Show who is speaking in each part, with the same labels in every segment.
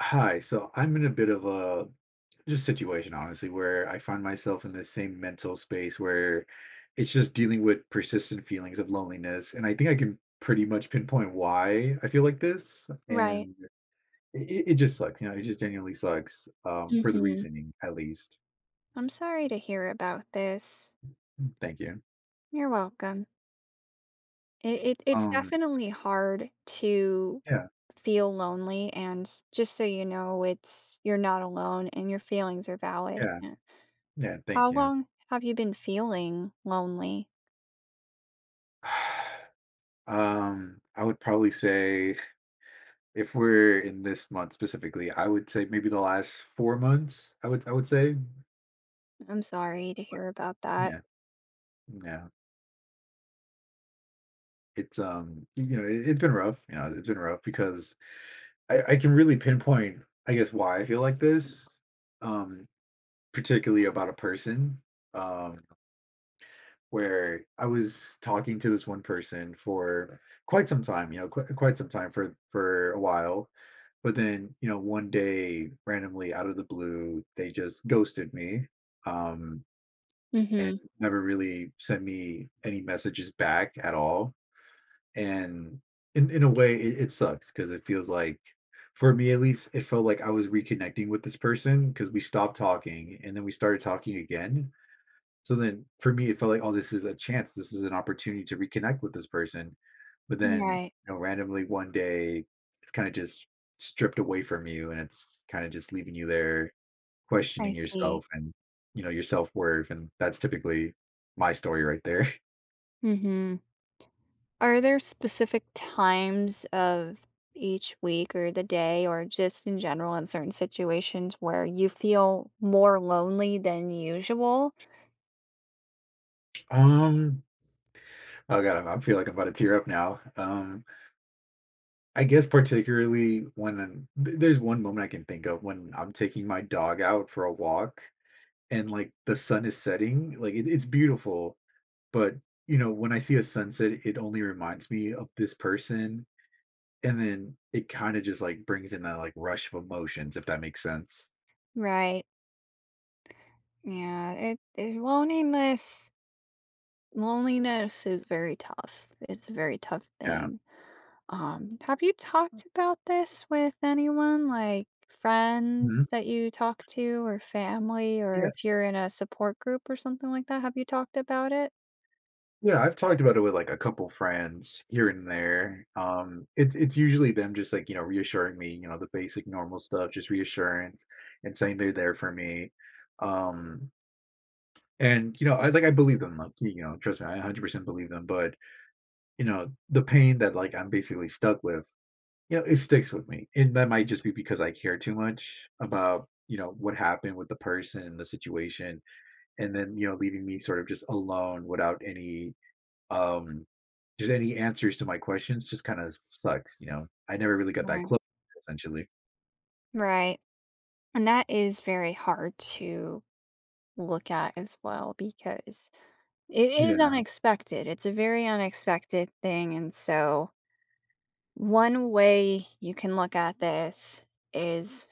Speaker 1: Hi. So I'm in a bit of a just situation, Honestly, where I find myself in this same mental space where it's just dealing with persistent feelings of loneliness. And I think I can pretty much pinpoint why I feel like this.
Speaker 2: Right.
Speaker 1: And it just sucks. It just genuinely sucks for the
Speaker 2: Mhm.
Speaker 1: reasoning, at least.
Speaker 2: I'm sorry to hear about this.
Speaker 1: Thank you.
Speaker 2: You're welcome. It's
Speaker 1: Um,
Speaker 2: definitely hard to
Speaker 1: yeah,
Speaker 2: feel lonely, and just so you know, it's you're not alone and your feelings are valid.
Speaker 1: yeah,
Speaker 2: Yeah.
Speaker 1: yeah. Thank
Speaker 2: How
Speaker 1: you.
Speaker 2: long have you been feeling lonely?
Speaker 1: I would probably say if we're in this month specifically, I would say maybe the last 4 months, I would say,
Speaker 2: I'm sorry to
Speaker 1: but
Speaker 2: hear about that.
Speaker 1: yeah, yeah. It's been rough, you know, it's been rough because I can really pinpoint, I guess, why I feel like this, um, particularly about a person, um, where I was talking to this one person for quite some time, you know, quite some time for a while, but then, you know, one day, randomly out of the blue, they just ghosted me, um and
Speaker 2: Mhm.
Speaker 1: never really sent me any messages back at all. And in a way, it sucks because it feels like, for me at least, it felt like I was reconnecting with this person because we stopped talking and then we started talking again. So then for me, it felt like, oh, this is a chance. This is an opportunity to reconnect with this person. But then,
Speaker 2: Right.
Speaker 1: you know, randomly one day, it's kind of just stripped away from you and it's kind of just leaving you there
Speaker 2: I
Speaker 1: questioning
Speaker 2: see.
Speaker 1: yourself and, you know, your self-worth, and that's typically my story right there.
Speaker 2: Mhm. Are there specific times of each week or the day or just in general in certain situations where you feel more lonely than usual?
Speaker 1: Um, oh god, I feel like I'm about to tear up now. I guess particularly when I'm th there's one moment I can think of when I'm taking my dog out for a walk and, like, the sun is setting, like, it's beautiful, but, you know, when I see a sunset, it only reminds me of this person, and then it kinda just, like, brings in that, like, rush of emotions, if that makes sense.
Speaker 2: Right. Yeah, it loneliness loneliness is very tough. It's a very tough
Speaker 1: Yeah.
Speaker 2: thing. Have you talked about this with anyone, like
Speaker 1: Mhm.
Speaker 2: friends that you talk to, or family, or
Speaker 1: Yeah.
Speaker 2: if you're in a support group or something like that? Have you talked about it?
Speaker 1: Yeah, I've talked about it with like a couple friends here and there. It's usually them just like reassuring me, you know, the basic normal stuff, just reassurance and saying they're there for me. Um, and you know, I like I believe them, like you know, trust me, I 100% believe them. But you know, the pain that like I'm basically stuck with, you know, it sticks with me, and that might just be because I care too much about you know what happened with the person, the situation, and then you know leaving me sort of just alone without any um, just any answers to my questions just kinda sucks, you know? I never really got that
Speaker 2: Right.
Speaker 1: close, essentially.
Speaker 2: Right. And that is very hard to look at as well because it is
Speaker 1: Yeah.
Speaker 2: unexpected. It's a very unexpected thing. And so, one way you can look at this is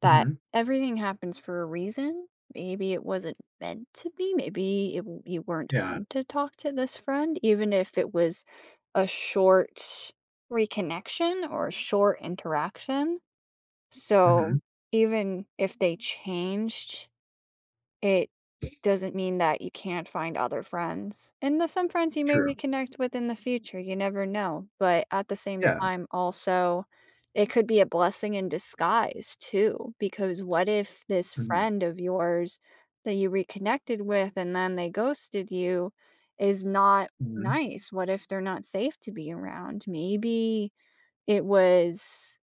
Speaker 2: that
Speaker 1: Mhm.
Speaker 2: everything happens for a reason. Maybe it wasn't meant to be. Maybe you weren't
Speaker 1: Yeah.
Speaker 2: meant to talk to this friend, even if it was a short reconnection or a short interaction.
Speaker 1: Mhm.
Speaker 2: So, even if they changed, it doesn't mean that you can't find other friends, and there's some friends you may
Speaker 1: True.
Speaker 2: reconnect with in the future, you never know, but at the same
Speaker 1: Yeah.
Speaker 2: time, also, it could be a blessing in disguise too, because what if this
Speaker 1: Mhm.
Speaker 2: friend of yours that you reconnected with and then they ghosted you is not
Speaker 1: Mhm.
Speaker 2: nice? What if they're not safe to be around? Maybe it was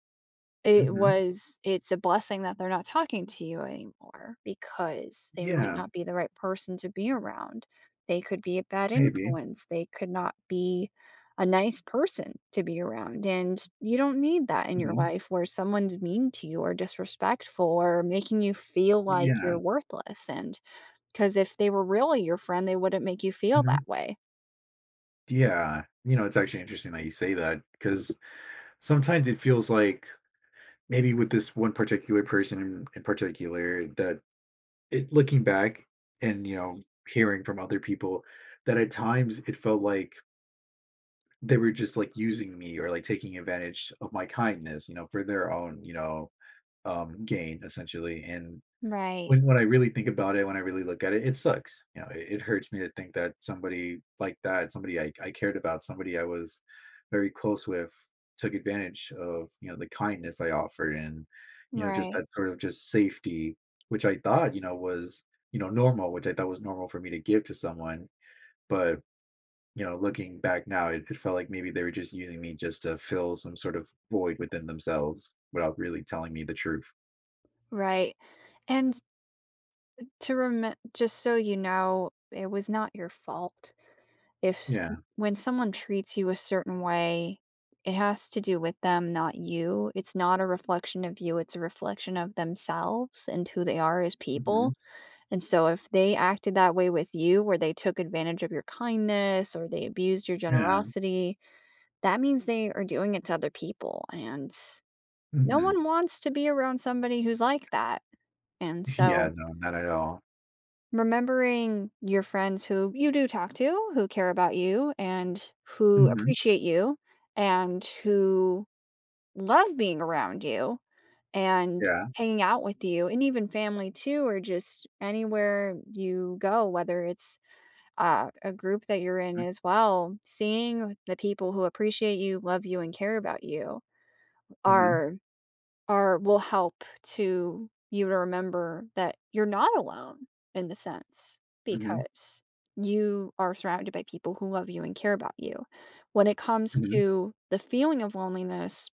Speaker 2: it
Speaker 1: Mhm.
Speaker 2: was it's a blessing that they're not talking to you anymore because they might
Speaker 1: Yeah,
Speaker 2: not be the right person to be around. They could be a bad
Speaker 1: maybe.
Speaker 2: influence. They could not be a nice person to be around, and you don't need that in your
Speaker 1: Mhm.
Speaker 2: life where someone's mean to you or disrespectful or making you feel like
Speaker 1: Yeah.
Speaker 2: you're worthless. And because if they were really your friend, they wouldn't make you feel
Speaker 1: Mhm.
Speaker 2: that way.
Speaker 1: Yeah. You know, it's actually interesting that you say that because sometimes it feels like maybe with this one particular person in particular that it looking back and, you know, hearing from other people, that at times it felt like they were just like using me or like taking advantage of my kindness, you know, for their own, you know, gain essentially. And
Speaker 2: Right.
Speaker 1: when I really think about it, when I really look at it, it sucks. You know, it hurts me to think that somebody like that, somebody I cared about, somebody I was very close with, took advantage of you know the kindness I offered and you know just
Speaker 2: Right.
Speaker 1: that sort of just safety, which I thought you know was you know normal, which I thought was normal for me to give to someone, but you know, looking back now, it felt like maybe they were just using me just to fill some sort of void within themselves without really telling me the truth.
Speaker 2: Right. And To rem Just so you know, it was not your fault. If s-
Speaker 1: Yeah.
Speaker 2: When someone treats you a certain way, it has to do with them, not you. It's not a reflection of you, it's a reflection of themselves and who they are as
Speaker 1: Hmm.
Speaker 2: people. And so if they acted that way with you, where they took advantage of your kindness or they abused your
Speaker 1: Yeah.
Speaker 2: generosity, that means they are doing it to other people. And no
Speaker 1: Hmm.
Speaker 2: one wants to be around somebody who's like that. And
Speaker 1: Yeah.
Speaker 2: so,
Speaker 1: No, not at all.
Speaker 2: remembering your friends who you do talk to, who care about you and who
Speaker 1: Hmm.
Speaker 2: appreciate you and who love being around you and
Speaker 1: Yeah.
Speaker 2: hanging out with you and even family too, or just anywhere you go, whether it's a group that you're in as well, seeing the people who appreciate you, love you, and care about you
Speaker 1: Hmm.
Speaker 2: are are will help to you to remember that you're not alone in the sense
Speaker 1: Hmm.
Speaker 2: because you are surrounded by people who love you and care about you. When it comes
Speaker 1: Hmm.
Speaker 2: to the feeling of loneliness,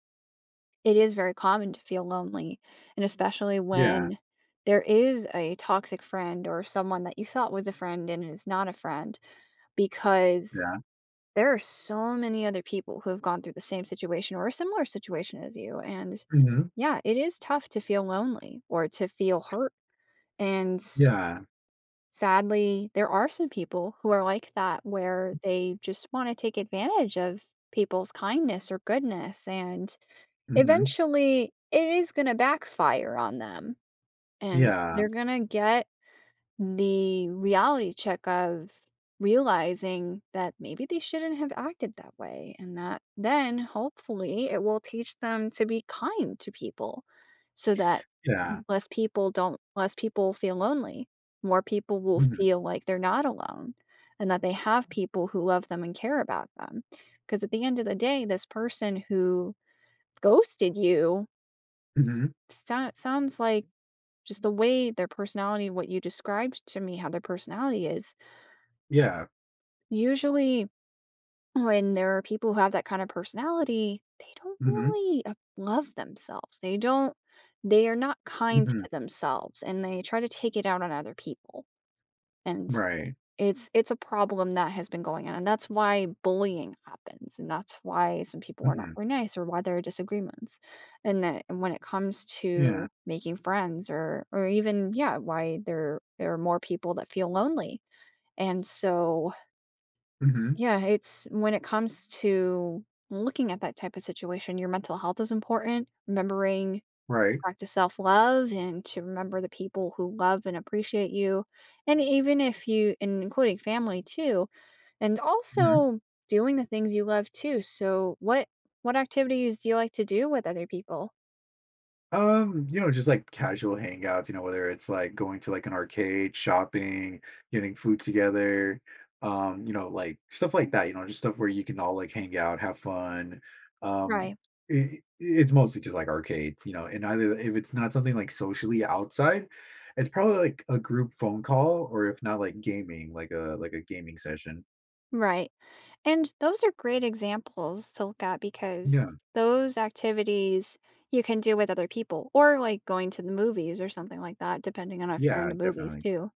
Speaker 2: it is very common to feel lonely, and especially
Speaker 1: Yeah.
Speaker 2: when there is a toxic friend or someone that you thought was a friend and is not a friend because
Speaker 1: Yeah.
Speaker 2: there are so many other people who have gone through the same situation or a similar situation as you. And
Speaker 1: Hmm.
Speaker 2: yeah, it is tough to feel lonely or to feel hurt. And
Speaker 1: Yeah.
Speaker 2: sadly, there are some people who are like that where they just want to take advantage of people's kindness or goodness. And
Speaker 1: Hmm.
Speaker 2: eventually, it is going to backfire on them and
Speaker 1: Yeah.
Speaker 2: they're going to get the reality check of realizing that maybe they shouldn't have acted that way and that then hopefully it will teach them to be kind to people so that
Speaker 1: Yeah.
Speaker 2: less people don't less people feel lonely, more people will
Speaker 1: Hmm.
Speaker 2: feel like they're not alone and that they have people who love them and care about them, because at the end of the day, this person who ghosted you
Speaker 1: Hmm.
Speaker 2: sou- sounds like just the way their personality, what you described to me, how their personality is.
Speaker 1: Yeah.
Speaker 2: Usually, when there are people who have that kind of personality, they don't
Speaker 1: Hmm.
Speaker 2: really love themselves. They are not kind
Speaker 1: Hmm.
Speaker 2: to themselves and they try to take it out on other people. And
Speaker 1: Right.
Speaker 2: it's a problem that has been going on, and that's why bullying happens, and that's why some people are not
Speaker 1: Hmm.
Speaker 2: very nice or why there are disagreements. And that and when it comes
Speaker 1: Yeah.
Speaker 2: to making friends or even yeah, why there are more people that feel lonely. And so,
Speaker 1: Hmm.
Speaker 2: yeah, it's when it comes to looking at that type of situation, your mental health is important, remembering
Speaker 1: Right.
Speaker 2: practice self love and to remember the people who love and appreciate you. And even if you, and including family too, and
Speaker 1: hmm
Speaker 2: also doing the things you love too. So, what activities do you like to do with other people?
Speaker 1: You know, just like casual hangouts, you know, whether it's like going to like an arcade, shopping, getting food together, you know, like stuff like that, you know, just stuff where you can all like hang out, have fun. Um,
Speaker 2: Right,
Speaker 1: it's mostly just like arcades, you know, and either if it's not something like socially outside, it's probably like a group phone call or if not like gaming, like a gaming session.
Speaker 2: right. And those are great examples to look at
Speaker 1: Yeah,
Speaker 2: because those activities you can do with other people or like going to the movies or something like that, depending on if you're
Speaker 1: yeah,
Speaker 2: into movies
Speaker 1: definitely.
Speaker 2: too.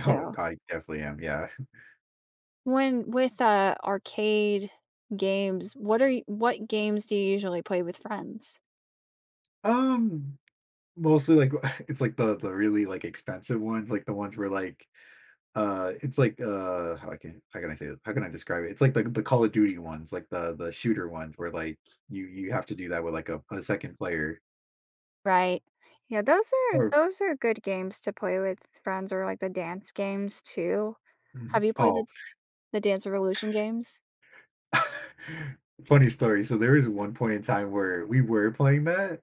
Speaker 1: Oh, I definitely am. Yeah.
Speaker 2: when with, arcade games, what games do you usually play with friends?
Speaker 1: Um, Mostly like it's like the really like expensive ones like the ones where like it's like how I can how can I say this? How can I describe it? It's like the Call of Duty ones like the shooter ones where like you have to do that with like a second player
Speaker 2: Right. Yeah, those are
Speaker 1: or
Speaker 2: those are good games to play with friends or, like, the dance games too.
Speaker 1: Mhm.
Speaker 2: Have you played
Speaker 1: Oh.
Speaker 2: the Dance Revolution games?
Speaker 1: Funny story. So there was one point in time where we were playing that,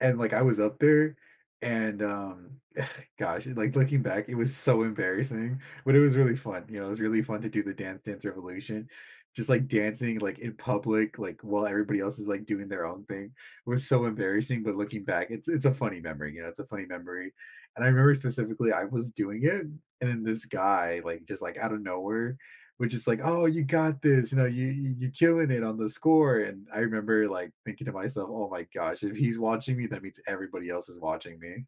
Speaker 1: and like I was up there, and gosh, like looking back, it was so embarrassing, but it was really fun. You know, it was really fun to do the Dance Dance Revolution, just like dancing like in public, like while everybody else is like doing their own thing. It was so embarrassing, but looking back, it's a funny memory. You know, it's a funny memory, and I remember specifically I was doing it, and then this guy like just like out of nowhere which is like, oh, you got this, you know, you are killing it on the score. And I remember like thinking to myself, oh my gosh, if he's watching me, that means everybody else is watching me.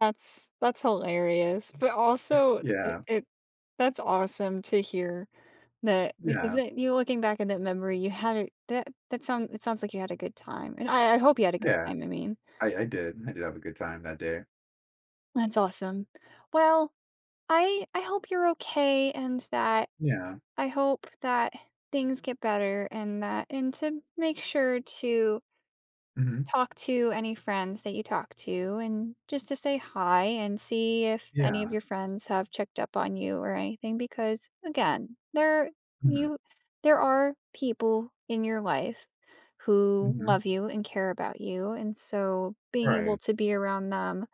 Speaker 2: That's hilarious, but also it
Speaker 1: Yeah,
Speaker 2: it that's awesome to hear that because
Speaker 1: yeah,
Speaker 2: that you looking back at that memory, you had a that that sound it sounds like you had a good time, and I hope you had a good
Speaker 1: yeah.
Speaker 2: time, I mean.
Speaker 1: I did. I did have a good time that day.
Speaker 2: That's awesome. Well, I hope you're okay and that
Speaker 1: Yeah.
Speaker 2: I hope that things get better and that and to make sure to
Speaker 1: Hmm.
Speaker 2: talk to any friends that you talk to and just to say hi and see if any of
Speaker 1: Yeah.
Speaker 2: your friends have checked up on you or anything because again,
Speaker 1: Hmm.
Speaker 2: you there are people in your life who
Speaker 1: Hmm.
Speaker 2: love you and care about you and so being able
Speaker 1: Right.
Speaker 2: to be around them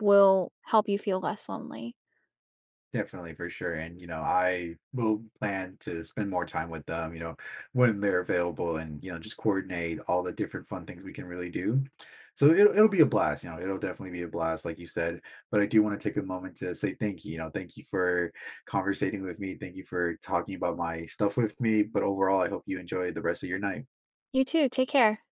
Speaker 2: will help you feel less lonely.
Speaker 1: Definitely, for sure. And, you know, I will plan to spend more time with them, you know, when they're available and, you know, just coordinate all the different fun things we can really do. So it'll be a blast, you know, it'll definitely be a blast, like you said. But I do want to take a moment to say thank you, you know, thank you for conversating with me. Thank you for talking about my stuff with me. But overall, I hope you enjoy the rest of your night.
Speaker 2: You too, take care.